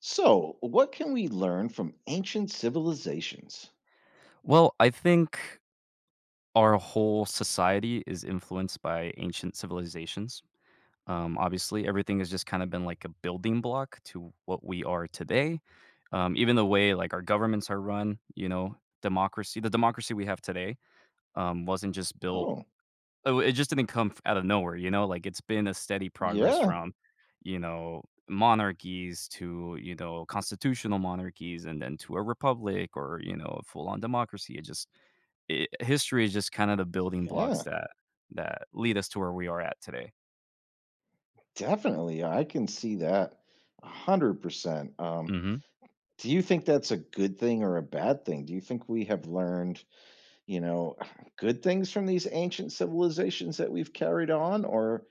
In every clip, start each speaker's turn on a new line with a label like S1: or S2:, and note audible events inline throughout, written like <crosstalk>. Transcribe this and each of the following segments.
S1: So, what can we learn from ancient civilizations?
S2: Well, I think our whole society is influenced by ancient civilizations. Obviously, everything has just kind of been like a building block to what we are today. Even the way like our governments are run, you know, democracy, the democracy we have today wasn't just built,
S1: Oh,
S2: it just didn't come out of nowhere, you know, like it's been a steady progress
S1: yeah,
S2: from, you know, monarchies to, you know, constitutional monarchies, and then to a republic or, you know, a full on democracy. It just, I history is just kind of the building
S1: yeah,
S2: blocks that that lead us to where we are at today.
S1: definitely. I can see that a 100%.
S2: Mhm.
S1: Do you think that's a good thing or a bad thing? Do you think we have learned, you know, <sighs> good things from these ancient civilizations that we've carried on? Or,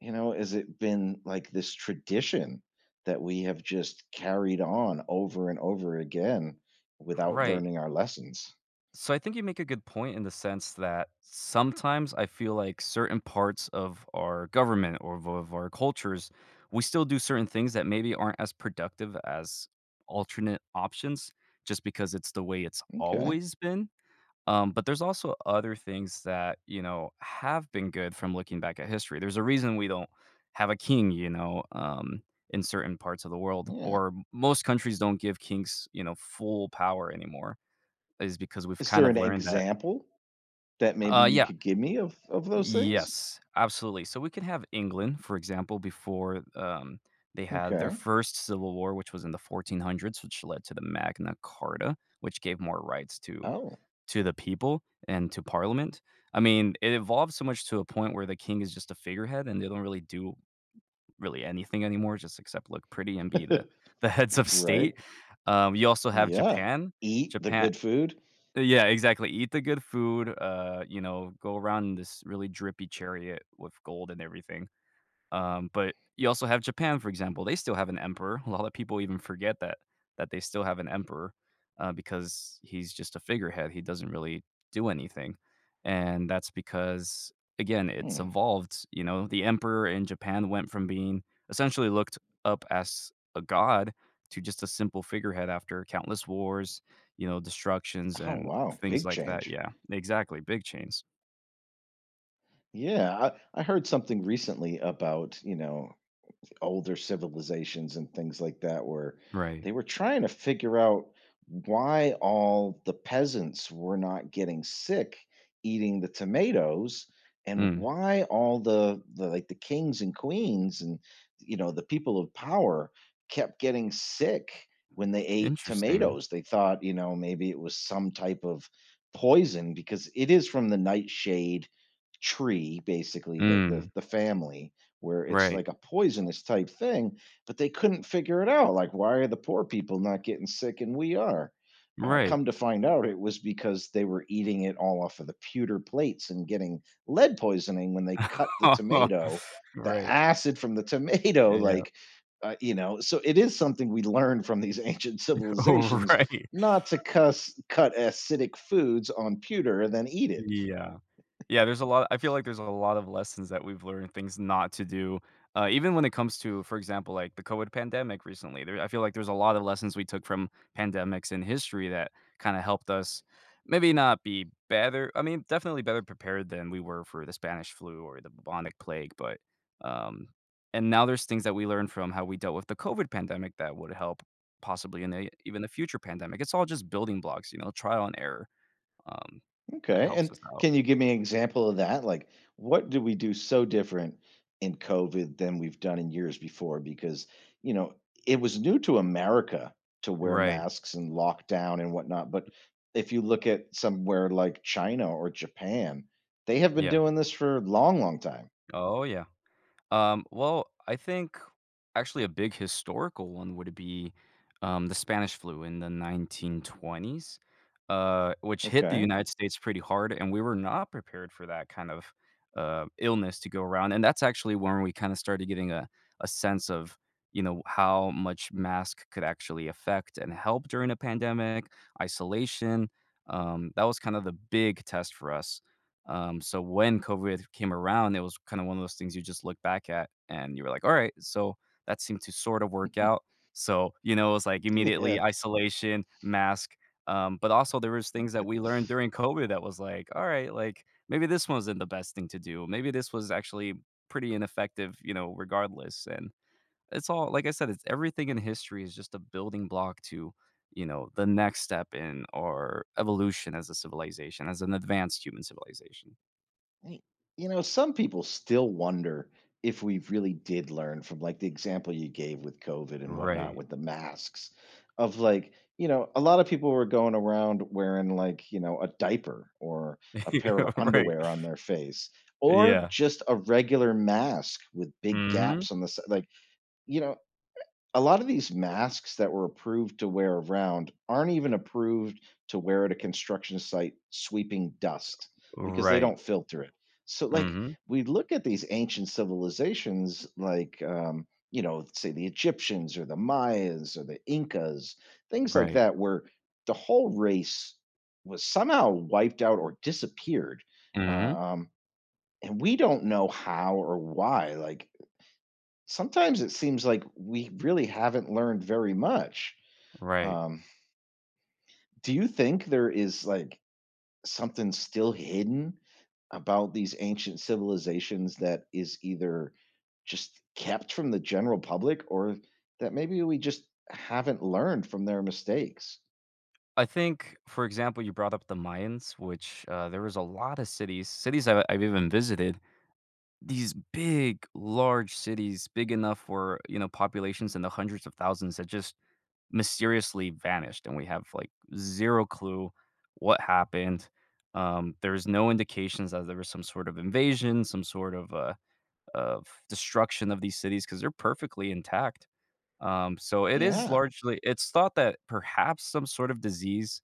S1: you know, has it been like this tradition that we have just carried on over and over again without
S2: Right.
S1: learning our lessons?
S2: So I think you make a good point in the sense that sometimes I feel like certain parts of our government, or of our cultures, we still do certain things that maybe aren't as productive as alternate options just because it's the way it's
S1: Okay,
S2: always been. But there's also other things that, you know, have been good from looking back at history. There's a reason we don't have a king, you know, in certain parts of the world,
S1: yeah.
S2: or most countries don't give kings, you know, full power anymore, is because we've
S1: Is
S2: kind
S1: there an
S2: of learned that.
S1: example that maybe you
S2: Yeah,
S1: could give me of those things?
S2: yes, absolutely. So we can have England, for example, before they had their
S1: Okay.
S2: first civil war, which was in the 1400s, which led to the Magna Carta, which gave more rights
S1: Oh,
S2: to the people and to parliament. I mean, it evolved so much to a point where the king is just a figurehead and they don't really do really anything anymore just except look pretty and be
S1: <laughs>
S2: the <laughs> the heads of
S1: right.
S2: state. You also have
S1: Yeah.
S2: Japan.
S1: Eat the
S2: Japan
S1: good food.
S2: Yeah, exactly, eat the good food, you know, go around in this really drippy chariot with gold and everything. But you also have Japan, for example. They still have an emperor. <laughs> A lot of people even forget that that they still have an emperor because he's just a figurehead. He doesn't really do anything, and that's because again, it's
S1: Hmm.
S2: evolved. You know, the emperor in Japan went from being essentially looked up as a god to just a simple figurehead after countless wars, you know, destructions
S1: Oh,
S2: and
S1: wow.
S2: things
S1: Big
S2: like that.
S1: change.
S2: Yeah, exactly. Big chains.
S1: Yeah. I heard something recently about older civilizations and things like that where
S2: Right.
S1: they were trying to figure out why all the peasants were not getting sick eating the tomatoes and
S2: Mm.
S1: why all the like the kings and queens and the people of power kept getting sick when they ate
S2: Interesting.
S1: tomatoes they thought maybe it was some type of poison because it is from the nightshade tree basically the the,
S2: Mm.
S1: the family where it's
S2: Right.
S1: like a poisonous type thing, but they couldn't figure it out. Like, why are the poor people not getting sick and we are?
S2: Right.
S1: Come to find out, it was because they were eating it all off of the pewter plates and getting lead poisoning when they cut the
S2: <laughs>
S1: tomato. The
S2: Right.
S1: acid from the <laughs> tomato,
S2: Yeah.
S1: like, so it is something we learn from these <laughs> ancient
S2: <laughs>
S1: civilizations
S2: Right.
S1: not to cut acidic foods on pewter and then eat it.
S2: Yeah. Yeah, there's a lot I feel like there's a lot of lessons that we've learned, things not to do. Even when it comes to, for example, like the COVID pandemic recently, there I feel like there's a lot of lessons we took from pandemics in history that kinda helped us maybe not be better I mean, definitely better prepared than we were for the Spanish flu or the bubonic plague, but, um and now there's things that we learned from how we dealt with the COVID pandemic that would help possibly in the even the future pandemic. It's all just building blocks, you know, trial and error, um, that
S1: Okay,
S2: helps us
S1: and
S2: out.
S1: can you give me an example of that? Like, what do we do so different in COVID than we've done in years before? Because, you know, it was new to America to wear
S2: Right.
S1: masks and lockdown and whatnot. But if you look at somewhere like China or Japan, they have been
S2: Yeah.
S1: doing this for a long, long time.
S2: Oh, yeah. Well, I think actually a big historical one would be the Spanish flu in the 1920s, which hit the
S1: Okay. <laughs>
S2: United States pretty hard, and we were not prepared for that kind of illness to go around. And that's actually when we kind of started getting a sense of you know how much mask could actually affect and help during a pandemic, isolation. That was kind of the big test for us. So when COVID came around, it was kind of one of those things you just look back at and you were like, all right, so that seemed to sort of work out. So, you know, it was like immediately
S1: Yeah.
S2: isolation, mask. But also there was things that we learned during COVID that was like, all right, like maybe this wasn't the best thing to do. Maybe this was actually pretty ineffective, you know, regardless. And it's all, like I said, it's everything in history is just a building block to, you know, the next step in our evolution as a civilization, as an advanced human civilization.
S1: Y- You know, some people still wonder if we really did learn from like the example you gave with COVID and whatnot
S2: Right.
S1: with the masks of like, a lot of people were going around wearing like, a diaper or a pair of
S2: <laughs> Right.
S1: underwear on their face or
S2: Yeah.
S1: just a regular mask with big
S2: Mhm.
S1: gaps on the side. Like, you know, a lot of these masks that were approved to wear around aren't even approved to wear at a construction site sweeping dust because they
S2: Right.
S1: don't filter it. So,
S2: mm
S1: like,
S2: Mhm.
S1: we look at these ancient civilizations, like, say the Egyptians or the Mayas or the Incas, things like
S2: Right.
S1: that, where the whole race was somehow wiped out or disappeared.
S2: Mhm.
S1: uh, Um, and we don't know how or why. Like, sometimes it seems like we really haven't learned very much.
S2: Right.
S1: Um, do you think there is like something still hidden about these ancient civilizations that is either just kept from the general public or that maybe we just haven't learned from their mistakes?
S2: I think, for example, you brought up the Mayans, which, there was a lot of cities I I've even visited, these big, large cities, big enough for, you know, populations in the hundreds of thousands that just mysteriously vanished, and we have, like, 0 clue what happened. There's no indications that there was some sort of invasion, some sort of destruction of these cities because 'cause they're perfectly intact. So it is
S1: Yeah.
S2: largely it's thought that perhaps some sort of disease,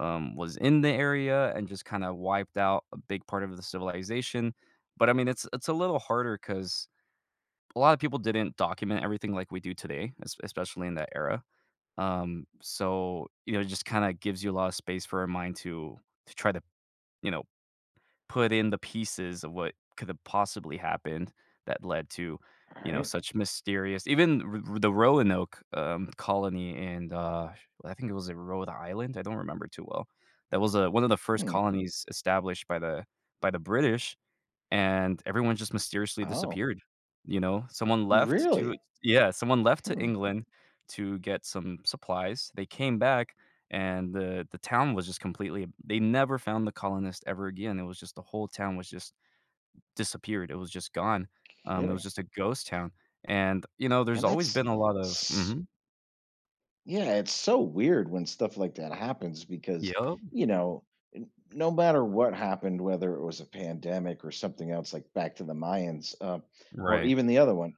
S2: was in the area and just kinda wiped out a big part of the civilization. But, I mean, it's a little harder because a lot of people didn't document everything like we do today, es especially in that era. So, you know, it just kinda gives you a lot of space for your mind to try to, you know, put in the pieces of what could have possibly happened that led to,
S1: All
S2: you know,
S1: right.
S2: such mysterious even r the Roanoke, colony and, I think it was in Rhode Island, I don't remember too well. That was, one of the first
S1: Hmm.
S2: colonies established by the British and everyone just mysteriously
S1: Oh,
S2: disappeared, you know? Someone left to
S1: really?
S2: Yeah, someone left to
S1: Hmm.
S2: England to get some supplies. They came back, and the town was just completely they never found the colonist ever again. It was just the whole town was just disappeared. It was just gone. It was
S1: Kidding.
S2: just a ghost town, and, you know, there's
S1: And
S2: always
S1: that's
S2: been a lot of Mhm.
S1: Yeah, it's so weird when stuff like that happens because,
S2: Yep.
S1: you know, no matter what happened, whether it was a pandemic or something else like back to the Mayans, or
S2: Right.
S1: even the other one,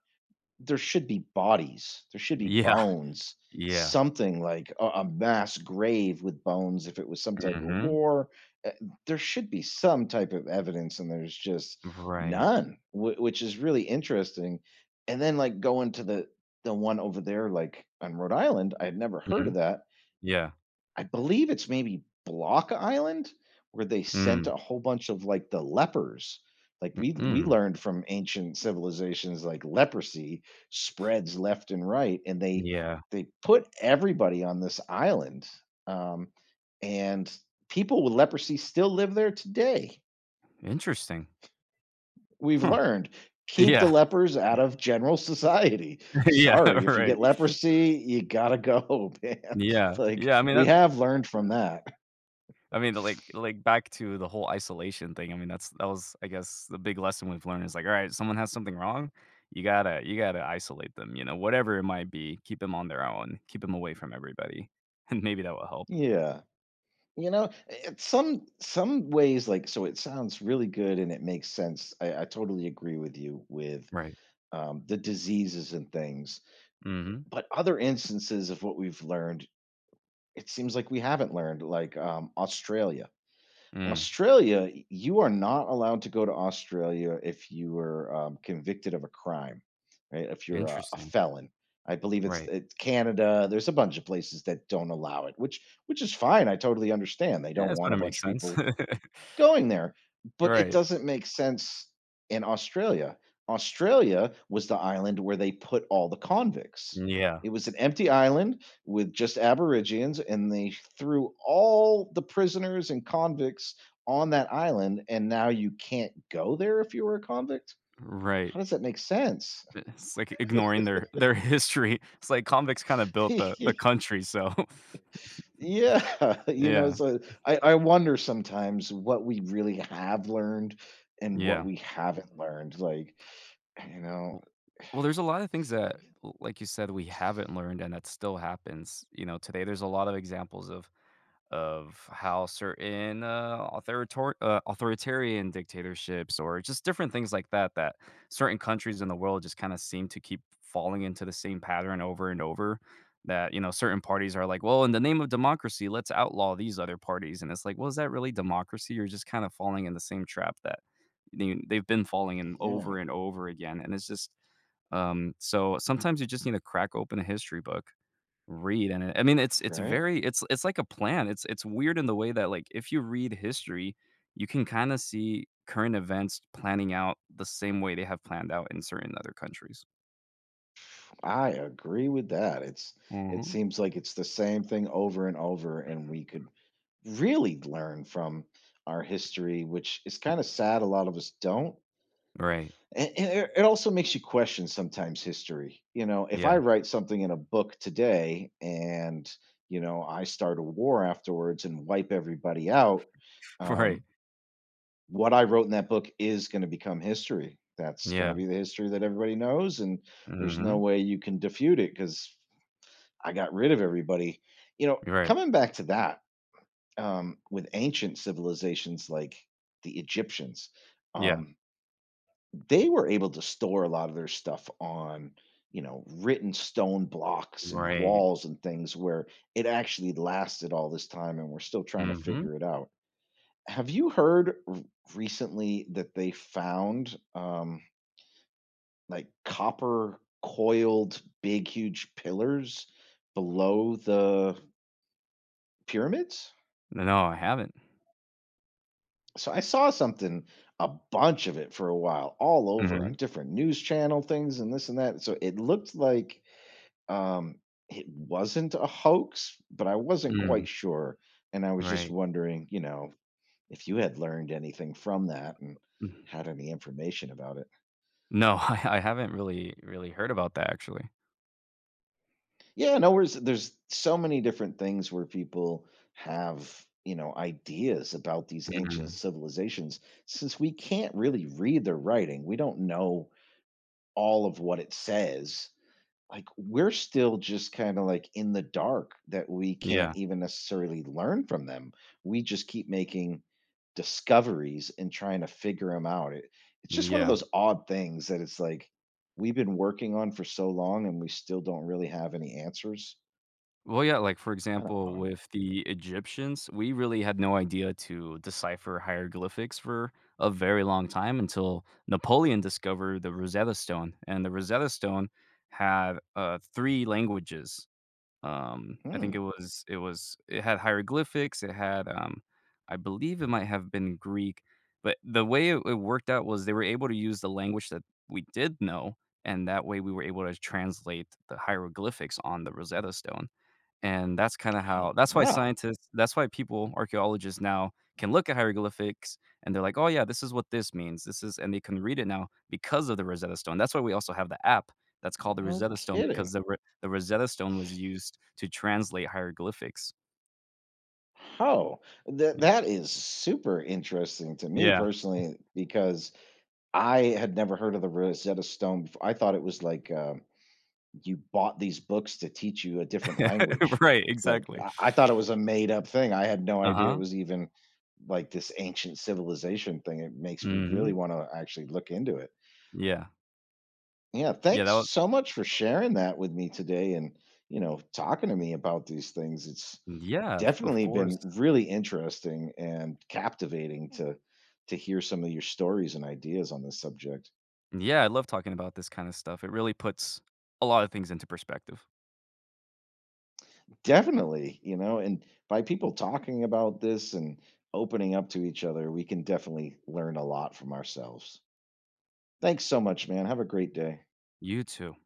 S1: there should be bodies, there should be
S2: Yeah.
S1: bones,
S2: <laughs> Yeah.
S1: something like a mass grave with bones if it was some type of
S2: Mhm.
S1: war. Uh, There should be some type of evidence, and there's just
S2: Right.
S1: none, which is really interesting. And then, like, going to the one over there, like on Rhode Island, I had never heard of
S2: Mhm.
S1: that.
S2: Yeah.
S1: I believe it's maybe Block Island where they sent
S2: Mm.
S1: a whole bunch of like the lepers. Like we
S2: Mm.
S1: learned from ancient civilizations like leprosy spreads left and right and they
S2: Yeah.
S1: they put everybody on this island. Um, and people with leprosy still live there today.
S2: Interesting.
S1: We've
S2: Huh.
S1: learned keep the
S2: Yeah. <laughs>
S1: lepers out of general society.
S2: Yeah,
S1: Sorry,
S2: <laughs>
S1: if you
S2: right.
S1: get leprosy, you got to go, <laughs> man.
S2: Yeah.
S1: Like
S2: Yeah, I mean,
S1: we
S2: that
S1: have learned from that.
S2: I mean, like, back to the whole isolation thing, I mean, that's that was, I guess, the big lesson we've learned is like, alright, someone has something wrong, you gotta isolate them, you know, whatever it might be, keep them on their own, keep them away from everybody, <laughs> and maybe that will help.
S1: Yeah. You know, it some ways, like, so it sounds really good and it makes sense. I totally agree with you with,
S2: Right.
S1: um, the diseases and things,
S2: Mhm.
S1: but other instances of what we've learned, it seems like we haven't learned, like, Australia.
S2: Mm.
S1: Australia, y you are not allowed to go to Australia if you were, convicted of a crime, right? If you're a
S2: Interesting.
S1: felon. I believe it's
S2: Right.
S1: it's Canada, there's a bunch of places that don't allow it, which is fine, I totally understand. They
S2: Yeah,
S1: don't
S2: that's
S1: want
S2: gonna
S1: a
S2: make
S1: bunch of
S2: sense.
S1: people
S2: <laughs>
S1: going there, but it
S2: Right.
S1: doesn't make sense in Australia. Australia was the island where they put all the convicts.
S2: Yeah.
S1: It was an empty island with just Aborigines, and they threw all the prisoners and convicts on that island, and now you can't go there if you were a convict?
S2: Right.
S1: How does that make sense?
S2: It's like ignoring their <laughs> history. It's like convicts kinda built
S1: <laughs> yeah,
S2: the country, so <laughs> yeah.
S1: so I wonder sometimes what we really have learned and what
S2: Yeah.
S1: we haven't learned. Like, you know,
S2: W Well, there's a lot of things that, l like you said, we haven't learned and that still happens. You know, today there's a lot of examples of how certain authoritarian dictatorships or just different things like that that certain countries in the world just kind of seem to keep falling into the same pattern over and over, that you know, certain parties are like, well, in the name of democracy let's outlaw these other parties. And it's like, well, is that really democracy? You're just kind of falling in the same trap that they've been falling in
S1: Yeah,
S2: over and over again. And it's just so sometimes you just need to crack open a history book read and it I mean, it's
S1: right?
S2: very it's like a plan. It's weird in the way that, like, if you read history, you can kinda see current events planning out the same way they have planned out in certain other countries.
S1: I agree with that. It
S2: Mhm.
S1: seems like it's the same thing over and over and we could really learn from our history, which is kind of sad a lot of us don't.
S2: Right.
S1: And it also makes you question sometimes history. You know, if I
S2: Yeah.
S1: write something in a book today and I start a war afterwards and wipe everybody out,
S2: <laughs> Right.
S1: um, what I wrote in that book is going to become history. That's going to
S2: Yeah.
S1: be the history that everybody knows, and there's no
S2: Mhm.
S1: way you can defute it because I got rid of everybody. You know,
S2: Right.
S1: coming back to that, with ancient civilizations like the Egyptians,
S2: Yeah.
S1: um, they were able to store a lot of their stuff on, written stone blocks and
S2: Right.
S1: walls and things where it actually lasted all this time, and we're still trying to
S2: Mhm.
S1: figure it out have you heard recently that they found like copper coiled big huge pillars below the pyramids?
S2: No, I haven't.
S1: So I saw something, a bunch of it for a while, all over on
S2: Mhm.
S1: different news channel things and this and that. So it looked like um, it wasn't a hoax, but I wasn't
S2: Mm.
S1: quite sure. And I was just
S2: Right.
S1: wondering, if you had learned anything from that and
S2: Mm.
S1: had any information about it.
S2: No, <laughs> I haven't really really heard about that actually.
S1: Yeah, no worries. There's so many different things where people have ideas about these ancient
S2: Mhm.
S1: civilizations. Since we can't really read their writing, we don't know all of what it says. Like, we're still just kind of like in the dark that we can't
S2: Yeah.
S1: even necessarily learn from them. We just keep making discoveries and trying to figure them out. It's just one of
S2: Yeah.
S1: those odd things that it's like we've been working on for so long and we still don't really have any answers.
S2: Well, yeah, like, for
S1: Kind of
S2: example,
S1: odd.
S2: with the Egyptians, we really had no idea to decipher hieroglyphics for a very long time until Napoleon discovered the Rosetta Stone. And the Rosetta Stone had three languages. I think
S1: Mm.
S2: it had hieroglyphics. It had, I believe, it might have been Greek. But the way it, it worked out was they were able to use the language that we did know, and that way we were able to translate the hieroglyphics on the Rosetta Stone. And that's kinda how
S1: Oh,
S2: that's why
S1: wow.
S2: scientists that's why people, archaeologists now can look at hieroglyphics and they're like, "Oh, yeah, this is what this means. This is" and they can read it now because of the Rosetta Stone. That's why we also have the app that's called the
S1: No
S2: Rosetta Stone because
S1: kidding.
S2: the Ro the Rosetta Stone was used to translate hieroglyphics.
S1: Oh, that
S2: Yeah.
S1: that is super interesting to me
S2: Yeah.
S1: personally because I had never heard of the Rosetta Stone before. I thought it was like you bought these books to teach you a different
S2: <laughs>
S1: language.
S2: Right,
S1: Like
S2: exactly.
S1: I thought it was a made up thing. I had no idea it
S2: Uh-huh.
S1: was even like this ancient civilization thing. It makes me really
S2: Mhm.
S1: want to actually look into it.
S2: Yeah.
S1: Yeah,
S2: Yeah,
S1: thanks
S2: that was
S1: so much for sharing that with me today and talking to me about these things. It's
S2: Yeah, of
S1: definitely
S2: course.
S1: been really interesting and captivating to hear some of your stories and ideas on this subject.
S2: Yeah, I love talking about this kinda stuff. It really puts a lot of things into perspective.
S1: Definitely, and by people talking about this and opening up to each other, we can definitely learn a lot from ourselves. Thanks so much, man. Have a great day.
S2: You too.